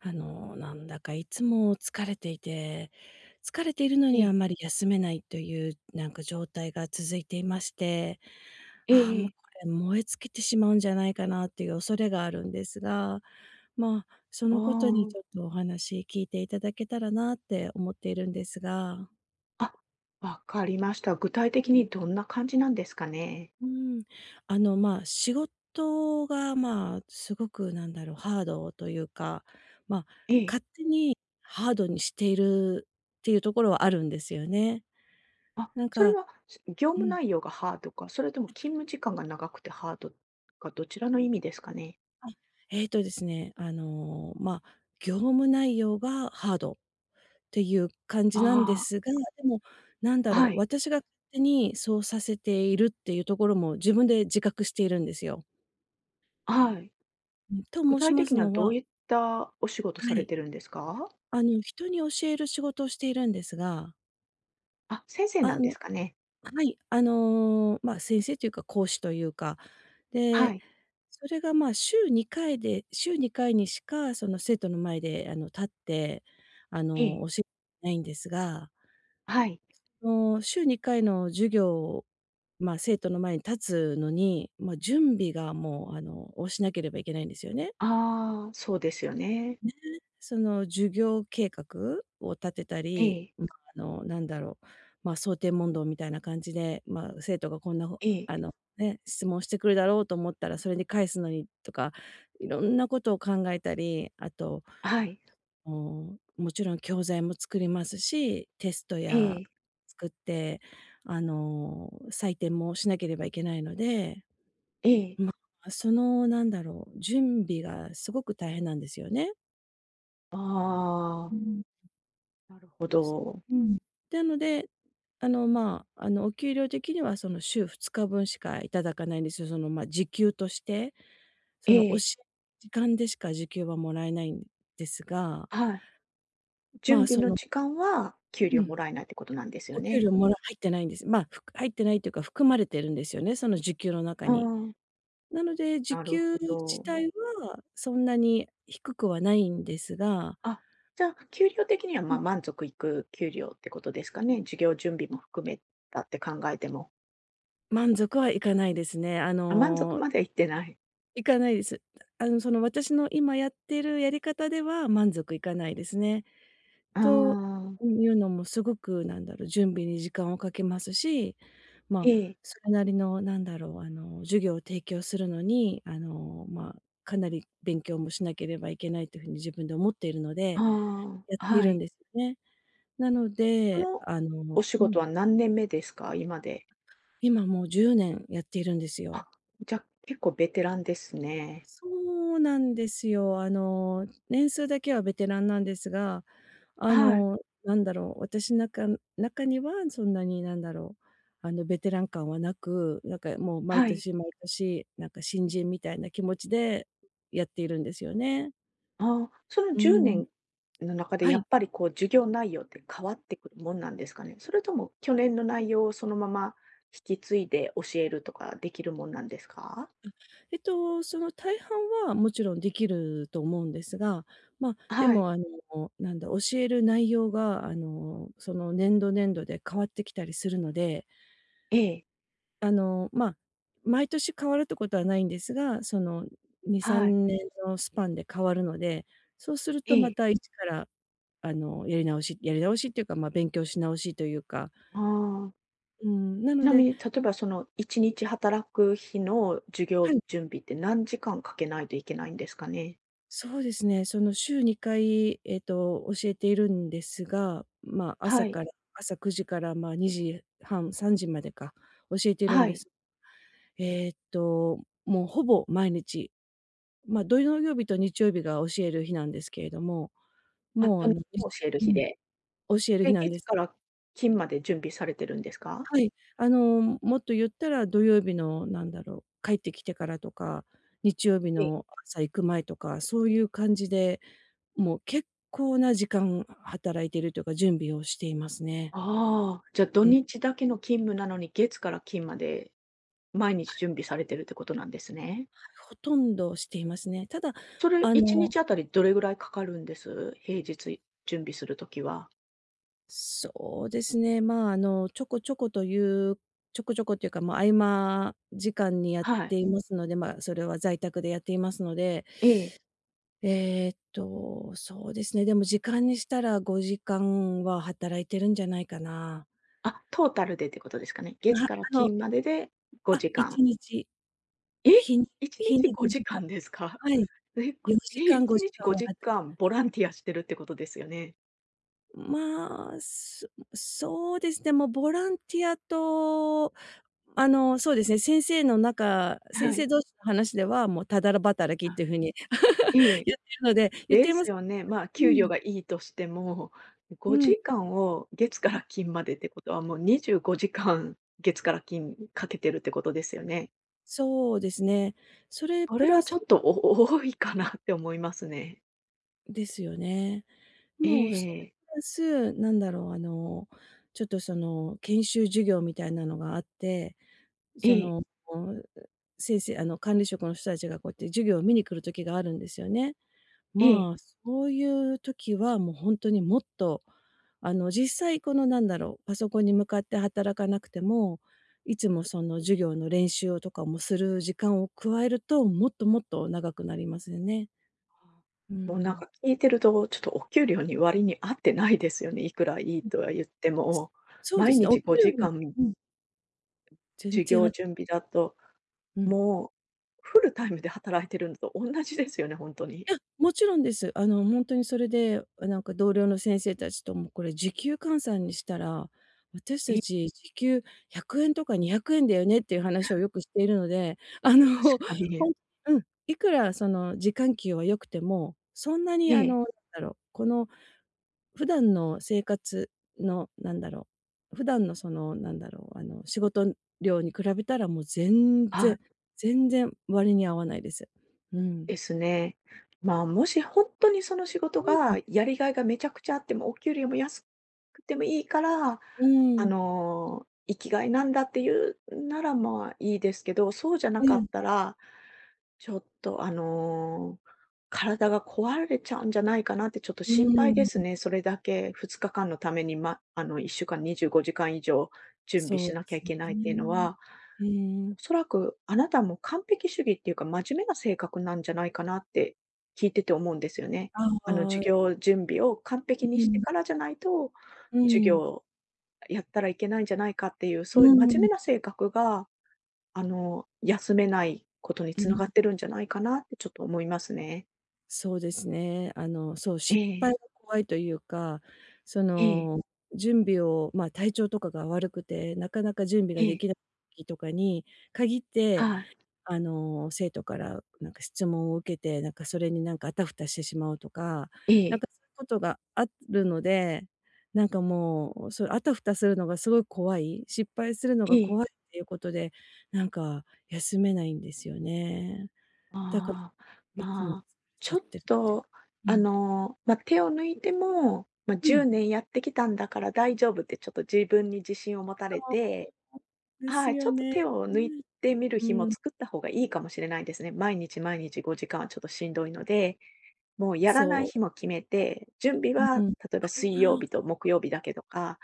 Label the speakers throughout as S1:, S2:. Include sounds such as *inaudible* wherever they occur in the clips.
S1: なんだかいつも疲れていて、疲れているの
S2: え
S1: にあ
S2: え、
S1: んまり休めないという、なんか状態が続いていまして、
S2: え
S1: ああ、
S2: ええ
S1: もうこ
S2: え。
S1: れ燃え尽きてしまうんじゃないかなっていう恐れがあるんですが、まあ、そ
S2: あ
S1: のことにちょっ
S2: あ。
S1: とお話聞いていただけたらなって思っているんですが。
S2: あ、わかりました。具体的にどんな感じなんですかね？
S1: うん。まあ、仕事が、まあ、すごくハードというか、まあ、
S2: ええ。
S1: 勝手にハードにしているっていうところはあるんですよね。
S2: あ、
S1: なん
S2: それ
S1: か、
S2: は、業
S1: う
S2: 務
S1: ん。
S2: 内容がハードか、それとも勤務時間が長くてハードか、どちらの意味ですかね？
S1: あ、えーとですね、あの、まあ、業務内容がハードっていう感じなんで
S2: あ
S1: すが、でも、なん
S2: あ、
S1: だろ
S2: は
S1: う、
S2: い、
S1: 私が勝手にそうさせているっていうところも自分で自覚しているんですよ。
S2: はい。
S1: うん、と
S2: 具
S1: 申し
S2: 体
S1: ま
S2: 的
S1: す
S2: には
S1: の
S2: どう
S1: は、
S2: いったお仕事
S1: は
S2: され
S1: い。
S2: てるんですか？
S1: 人に教える仕事をしているんですが、
S2: あ、先生な
S1: あ
S2: んで
S1: の
S2: すかね？
S1: はい、まあ、先生というか講師というか、
S2: は
S1: で、
S2: い、
S1: それが、まあ、週2回で週2回にしか、その、生徒の前で、立って、
S2: ええ、
S1: 教えてないんですが、
S2: はい。
S1: 週2回の授業、まあ、生徒の前に立つのに、まあ、準備がもう、をしなければいけないんですよね。
S2: ああ、そうですよね。
S1: ね、その授業計画を立てた
S2: え
S1: り、
S2: え、
S1: ま、なんだろう、ま、想定問答みたいな感じで、ま、生徒がこんなほ
S2: え
S1: あ
S2: え、
S1: の、ね、質問してくるだろうと思ったら、それに返すのにとか、いろんなことを考えたり、あと、
S2: はい、
S1: うーん、もちろん教材も作りますし、テスト
S2: え
S1: や
S2: え、
S1: 作って、採点もしなければいけないので、
S2: ええ。
S1: ま、その、なんだろう、準備がすごく大変なんですよね。
S2: あ
S1: う
S2: あ、
S1: ん、
S2: なるほど。
S1: うん。なので、まあ、お給料的にはその週2日分しかいただかないんですよ。その、ま、時給として、
S2: え
S1: その、
S2: え、
S1: 時間でしか時給はもらえないんですが、
S2: はい。
S1: ま
S2: 準備
S1: あ、そ
S2: の
S1: の
S2: 時間は
S1: う
S2: 給料も
S1: ん、
S2: らえないってことなんですよ
S1: お給
S2: ね。
S1: 料もら入ってないんです。まあ、ふく入ってないというか、含まれてるんですよね、その時給の中
S2: あ
S1: に。
S2: あ、
S1: なので、時
S2: なる
S1: 給
S2: ほ
S1: 自
S2: ど。
S1: 体はそんなに低くはないんですが、
S2: あ、じゃあ、給料的には、
S1: う
S2: ま、
S1: ん。
S2: 満足いく給料ってことですかね。授業準備も含めたって考えても。
S1: 満足はいかないですね。
S2: あ、満足まではいってない。
S1: いかないです。その、私の今やってるやり方では満足いかないですね。
S2: あ
S1: と
S2: あ、
S1: いうのもすごく、なんだろう、準備に時間をかけますし、
S2: え
S1: まあ、
S2: え、
S1: それなりのなんだろう、授業を提供するのに、まあ、かなり勉強もしなければいけないというふうに自分で思っているの
S2: あ
S1: で、やって
S2: あ、
S1: い
S2: は
S1: るん
S2: い。
S1: ですよね。なの
S2: こ
S1: で、
S2: のお仕事は何年目ですか？今で。
S1: 今もう10年やっているんです
S2: あ、
S1: よ。
S2: じゃ、結構ベテランですね。
S1: そうなんですよ。年数だけはベテランなんですが、あ
S2: はい、
S1: の、なんだろう、私なか中にはそんなに、なんだろう、ベテラン感はなく、なんかもう毎
S2: はい。
S1: 年毎年、なんか新人みたいな気持ちでやっているんですよね。
S2: ああ、その
S1: う
S2: 10
S1: ん。
S2: 年の中で
S1: は
S2: やっ
S1: い。
S2: ぱりこう授業内容って変わってくるもんなんですかね？それとも去年の内容をそのまま引き継いで教えるとかできるもんなんですか？
S1: えっと、その大半はもちろんできると思うんですが、まあ、で
S2: はい。
S1: もなんだ、教える内容がその年度、年度で変わってきたりするので、
S2: ええ。
S1: まあ、毎年変わるってことはないんですが、その、2、
S2: はい。
S1: 3年のスパンで変わるので、そうする
S2: え
S1: とま
S2: え。
S1: た一から、やり直しやり直しっていうか、まあ、勉強し直しというか、
S2: ああ。
S1: うん、な
S2: ち
S1: の
S2: なみ
S1: で、
S2: に例えばその1日働く日の授
S1: は
S2: 業
S1: い、
S2: 準備って何時間かけないといけないんですかね？
S1: そうですね、その週2回、えっと、教えているんですが、まあ、
S2: は
S1: 朝
S2: い。
S1: から朝9時から、まあ、2時半、3時までか、教えているん
S2: は
S1: で
S2: い。
S1: す。えっと、もうほぼ毎日、まあ、土曜日と日曜日が教える日なんですけれども、
S2: あ、
S1: もう
S2: 土
S1: あ
S2: 日
S1: の、に
S2: も
S1: ち
S2: 教える
S1: ゅう
S2: 日
S1: ん、
S2: で。
S1: 教える日
S2: で、
S1: なんで
S2: 月
S1: す
S2: か
S1: が、
S2: ら金まで準備されてるんですか？
S1: はい、もっと言ったら土曜日のなんだろう、帰ってきてからとか、日曜日
S2: ええ。
S1: の朝行く前とか、そういう感じで、もう結構な時間働いているというか、準備をしていますね。
S2: ああ、じゃ、あ土
S1: うん、
S2: 日だけの勤務なのに、月から金まで毎日準備されてるってことなんですね。
S1: ほとんどしていますね。ただ、
S2: それ、
S1: あ
S2: 1
S1: の
S2: 日あたりどれぐらいかかるんです？平日準備するときは。
S1: そうですね、まあ、ちょこちょこというちょこちょこというか、まあ、合間時間にやっ
S2: は
S1: て
S2: い。
S1: いますので、まあ、それは在宅でやっていますので、
S2: ええ。
S1: えーっと、そうですね、でも時間にしたら5時間は働いてるんじゃないかな。
S2: あ、トータルでってことですかね。
S1: あ、
S2: 月から
S1: あの、
S2: 金までで
S1: あ、
S2: 5時間。
S1: 1日、
S2: え
S1: 日に
S2: ！1
S1: 日
S2: 日
S1: に
S2: 5
S1: 5時
S2: 時間ですか？
S1: 間、はい、
S2: *laughs* え、
S1: 4時間、
S2: 1
S1: 5
S2: 日
S1: 時間は
S2: 5
S1: はた
S2: 時間ボランティアしてるってことですよね？
S1: まあ、そうですね、もうボランティアと、そうですね、先
S2: はい。
S1: 生同士の話では、もうただら働きっ
S2: あ、
S1: ていう風に
S2: え
S1: *laughs*
S2: え。
S1: 言って
S2: で
S1: いま
S2: す
S1: す。
S2: よね。まあ、
S1: う
S2: 給料
S1: ん、
S2: がいいとしても、
S1: うん、
S2: 5時間を月から金までってことは、もう25時間、月から金かけてるってことですよね。
S1: そうですね。それ
S2: そ
S1: プ
S2: れは
S1: ラ
S2: ちょっ
S1: ス
S2: と、お多いかなって思いますね。
S1: ですよね。
S2: え
S1: もうそれ
S2: え
S1: プラス、なんだろう、ちょっとその、研修授業みたいなのがあって、
S2: え
S1: そ
S2: え、
S1: の、先生あの、管理職の人たちがこうやって授業を見に来る時があるんですよね。
S2: ええ。
S1: まあ、そういう時はもう本当にもっと、実際この、なんだろう、パソコンに向かって働かなくても、いつもその授業の練習とかもする時間を加えると、もっともっと長くなりますよね。う
S2: もうなん
S1: ん。
S2: か聞いてると、ちょっとお給料に割に合ってないですよね。いくらいい
S1: うん。
S2: とは言っても。
S1: そうで
S2: 毎
S1: すね、お
S2: 日
S1: 給料
S2: 5
S1: に
S2: 時間
S1: うん、全
S2: 授
S1: 然
S2: 業
S1: あ
S2: 準備だと、
S1: うん。
S2: もうフルタイムで働いてるのと同じですよね、本当に。
S1: いや、もちろんです。ほんとにそれで、なんか同僚の先生たちともこれ時給換算にしたら、私
S2: え
S1: た
S2: え、
S1: ち時給100円とか200円だよねっていう話をよくしているので、*laughs*
S2: 確かに。
S1: ほんうん、いくらその時間給は良くても、そんなに、
S2: ええ、
S1: なんだろう、この普段の生活の、なんだろう、普段のその、なんだろう、仕事量に比べたらもう全
S2: あ、
S1: 然、全然割に合わないです。うん。
S2: ですね。まあ、もし本当にその仕事
S1: うん。
S2: がやりがいがめちゃくちゃあっても、お給料も安くてもいいから、
S1: うー
S2: あ
S1: ん、
S2: の、生きがいなんだっていうなら、まあ、いいですけど、そうじゃな
S1: え
S2: かっ
S1: え、
S2: たら、ちょっと、あの、体が壊れちゃうんじゃないかなってちょっと
S1: う
S2: 心
S1: ー
S2: 配で
S1: ん、
S2: すね。それだけ2日間のために、ま、あの、1週間25時間以上準備
S1: そう
S2: し
S1: で
S2: なきゃ
S1: す
S2: いけないっていうの
S1: ね。
S2: は。
S1: へ
S2: お
S1: え、
S2: そらくあなたも完璧主義っていうか、真面目な性格なんじゃないかなって聞いてて思うんですよね。
S1: あ
S2: あの、授
S1: あ、
S2: 業準備を完璧に
S1: う
S2: して
S1: ん、
S2: からじゃないと、
S1: う
S2: 授
S1: ん、
S2: 業やったらいけないんじゃないかっていう、そういう
S1: う
S2: 真面目
S1: ん、
S2: な性格が、あの、休めないことに
S1: う
S2: つな
S1: ん、
S2: がってるんじゃないかなってちょっと思いますね。
S1: そうですね。そう、
S2: え
S1: 失敗
S2: え、
S1: が怖いというか、そ
S2: ええ、
S1: の、準備を、まあ、体調とかが悪くて、なかなか準備
S2: え
S1: がで
S2: え、
S1: きない時とかに限って、
S2: はい、
S1: 生徒からなんか質問を受けて、なんかそれになんかあたふたしてしまうとか、
S2: え
S1: なん
S2: え、
S1: かそういうことがあるので、なんかもう、そうあたふたするのがすごい怖い、失敗するのが
S2: ええ。
S1: 怖いっていうことで、なんか休めないんですよね。だから、
S2: ああ、
S1: いつも疲
S2: ま
S1: れ
S2: あ、
S1: ち
S2: ち
S1: ゃ
S2: ょ
S1: っ
S2: っ
S1: てるっていう
S2: と、
S1: か。う
S2: あ
S1: ん。
S2: の、まあ、手を抜いても、まあ、
S1: うん。
S2: 10年やってきたんだから大丈夫ってちょっと自分に自信を持たれて、
S1: そうです
S2: はい、ち
S1: よ
S2: ょっと
S1: ね。
S2: 手を抜いてみる
S1: う
S2: 日も
S1: ん。
S2: 作った方がいいかもしれないですね。毎日毎日5時間はちょっとしんどいので、もうやらない
S1: そ
S2: 日
S1: う。
S2: も決めて、準備
S1: う
S2: は
S1: ん。あ
S2: 例えば水曜日と
S1: あ、
S2: 木曜日だけとか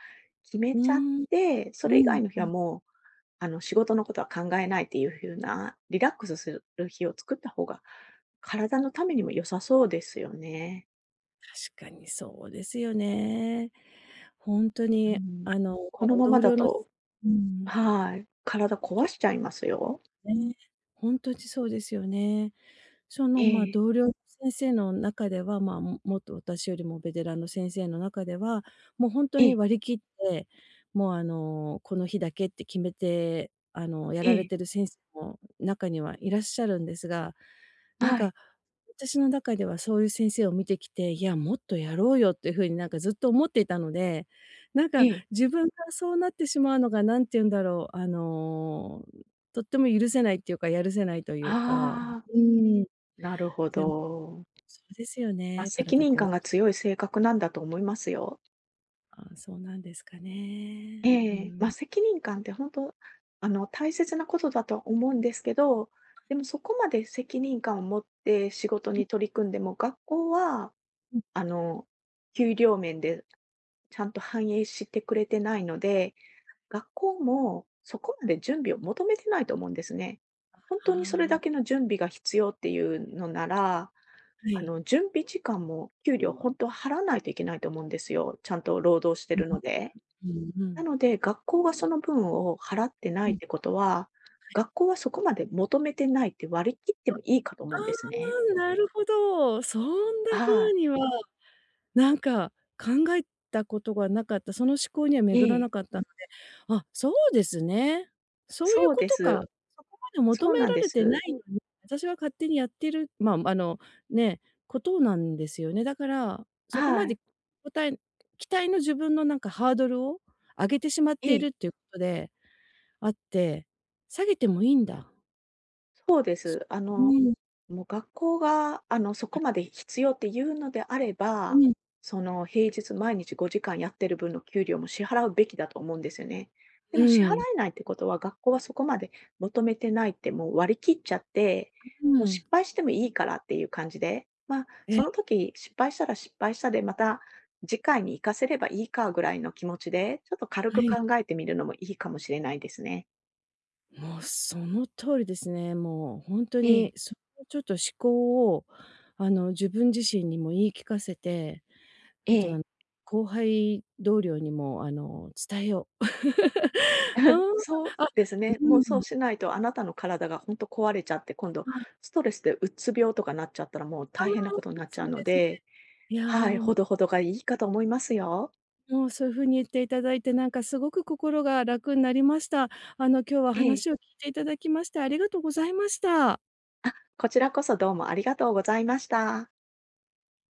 S2: 決め
S1: う
S2: ちゃっ
S1: ん。
S2: て、そ
S1: う
S2: れ以
S1: ん。
S2: 外の日はもうあの、仕事のことは考えないっていう風な、リラックスする日を作った方が、体のためにも良さそうですよね。
S1: 確かにそうですよね。ほんと
S2: う
S1: に、
S2: ん。こ
S1: ま、
S2: のまま
S1: 同
S2: だ
S1: 僚の、
S2: と
S1: うん、
S2: はい、体壊
S1: と、
S2: しちゃいますよ。
S1: ね。ほんとにそうですよね。その、まあ、
S2: ええ、
S1: 同僚の先生の中では、まあ、もっと私よりもベテランの先生の中では、もうほんと
S2: え
S1: に
S2: え、
S1: 割り切って、もう、この日だけって決めて、や
S2: え
S1: られ
S2: え、
S1: てる先生も中にはいらっしゃるんですが、なん
S2: はい、
S1: か、私の中ではそういう先生を見てきて、いや、もっとやろうよっていう風になんかずっと思っていたので、なん
S2: え
S1: か
S2: え。
S1: 自分がそうなってしまうのが、何て言うんだろう、とっても許せないっていうか、やるせないというか、
S2: ああ、
S1: うーん。
S2: なるほ
S1: でも
S2: ど。
S1: そうですよ
S2: まあ、
S1: ね、
S2: 責
S1: 体
S2: 任
S1: こわ
S2: 感が強い性格なんだと思いますよ。
S1: あ、そうなんですかね。う
S2: ええ、まあ、
S1: ん。
S2: 責任感って本当あの、大切なことだとは思うんですけど、でもそこまで責任感を持って仕事
S1: うん、
S2: に取り組んでも、学校は、
S1: うん。
S2: あの、給料面でちゃんと反映してくれてないので、学校もそこまで準備を求めてないと思うんですね。本
S1: あ
S2: 当にそれだけ
S1: あ、
S2: の準備が必要っていうのなら、
S1: は
S2: あ
S1: い。
S2: の、準備時間も給料本当は払わないといけないと思うんですよ、ちゃんと労働して
S1: うん、
S2: るので。
S1: うん、うん、う
S2: な
S1: ん。
S2: ので、学校がその分を払ってな
S1: う
S2: いっ
S1: ん。
S2: てことは、学校はそこまで求めてないって割り切ってもいいかと
S1: あ
S2: 思うんですね。
S1: あ、なるほど。そんな
S2: はい。
S1: 風には、なんか、考えたことがなかった、その思考には巡ら
S2: え
S1: なか
S2: え。
S1: ったので、あ、そうですね。そういう
S2: そう
S1: こ
S2: で
S1: とか。
S2: す。
S1: そこまで求
S2: そう
S1: め
S2: なん
S1: ら
S2: で
S1: れてな
S2: す。
S1: いのに、私は勝手にやってる、まあ、ね、ことなんですよね。だから、そこま
S2: は
S1: で、
S2: い。
S1: こえ期待の自分のなんかハードルを上げてしまっ
S2: え
S1: ている
S2: え。
S1: っていうことであって、下げてもいいんだ。
S2: そうです。あ
S1: う
S2: の、
S1: ん、
S2: もう学校が、あの、そこまで必要っていうのであれ
S1: う
S2: ば、
S1: ん、
S2: その平日毎日5時間やってる分の給料も支払うべきだと思うんですよね。で
S1: う
S2: も支払
S1: ん、
S2: えないってことは学校はそこまで求めてないってもう割り切っちゃって、
S1: う
S2: もう
S1: ん。
S2: 失敗してもいいからっていう感じで、まあそ
S1: え、
S2: の時失敗したら失敗したでまた次回に活かせればいいかぐらいの気持ちで、ちょっと軽
S1: は
S2: く考
S1: い。
S2: えてみるのもいいかもしれないですね。
S1: もうその通りですね。もう本当
S2: ええ、
S1: に、そのちょっと思考を、自分自身にも言い聞かせて、
S2: え
S1: ちょっと、
S2: え。
S1: 後輩同僚にも、伝えよう。*laughs* あ
S2: そう
S1: あ、あ、
S2: ですね。
S1: う
S2: もうそう
S1: ん。
S2: しないと、あなたの体が本当壊れちゃって、今度
S1: あ、あ
S2: ストレスでうつ病とかなっちゃったら、もう
S1: あ、
S2: 大変なことになっちゃ
S1: そ
S2: う
S1: う
S2: の
S1: ですね。
S2: で、
S1: いや
S2: はい、
S1: ー、
S2: ほどほどがいいかと思いますよ。
S1: もうそういう風に言っていただいて、なんかすごく心が楽になりました。今日は
S2: ええ。
S1: 話を聞いていただきましてありがとうございました。
S2: こちらこそどうもありがとうございました。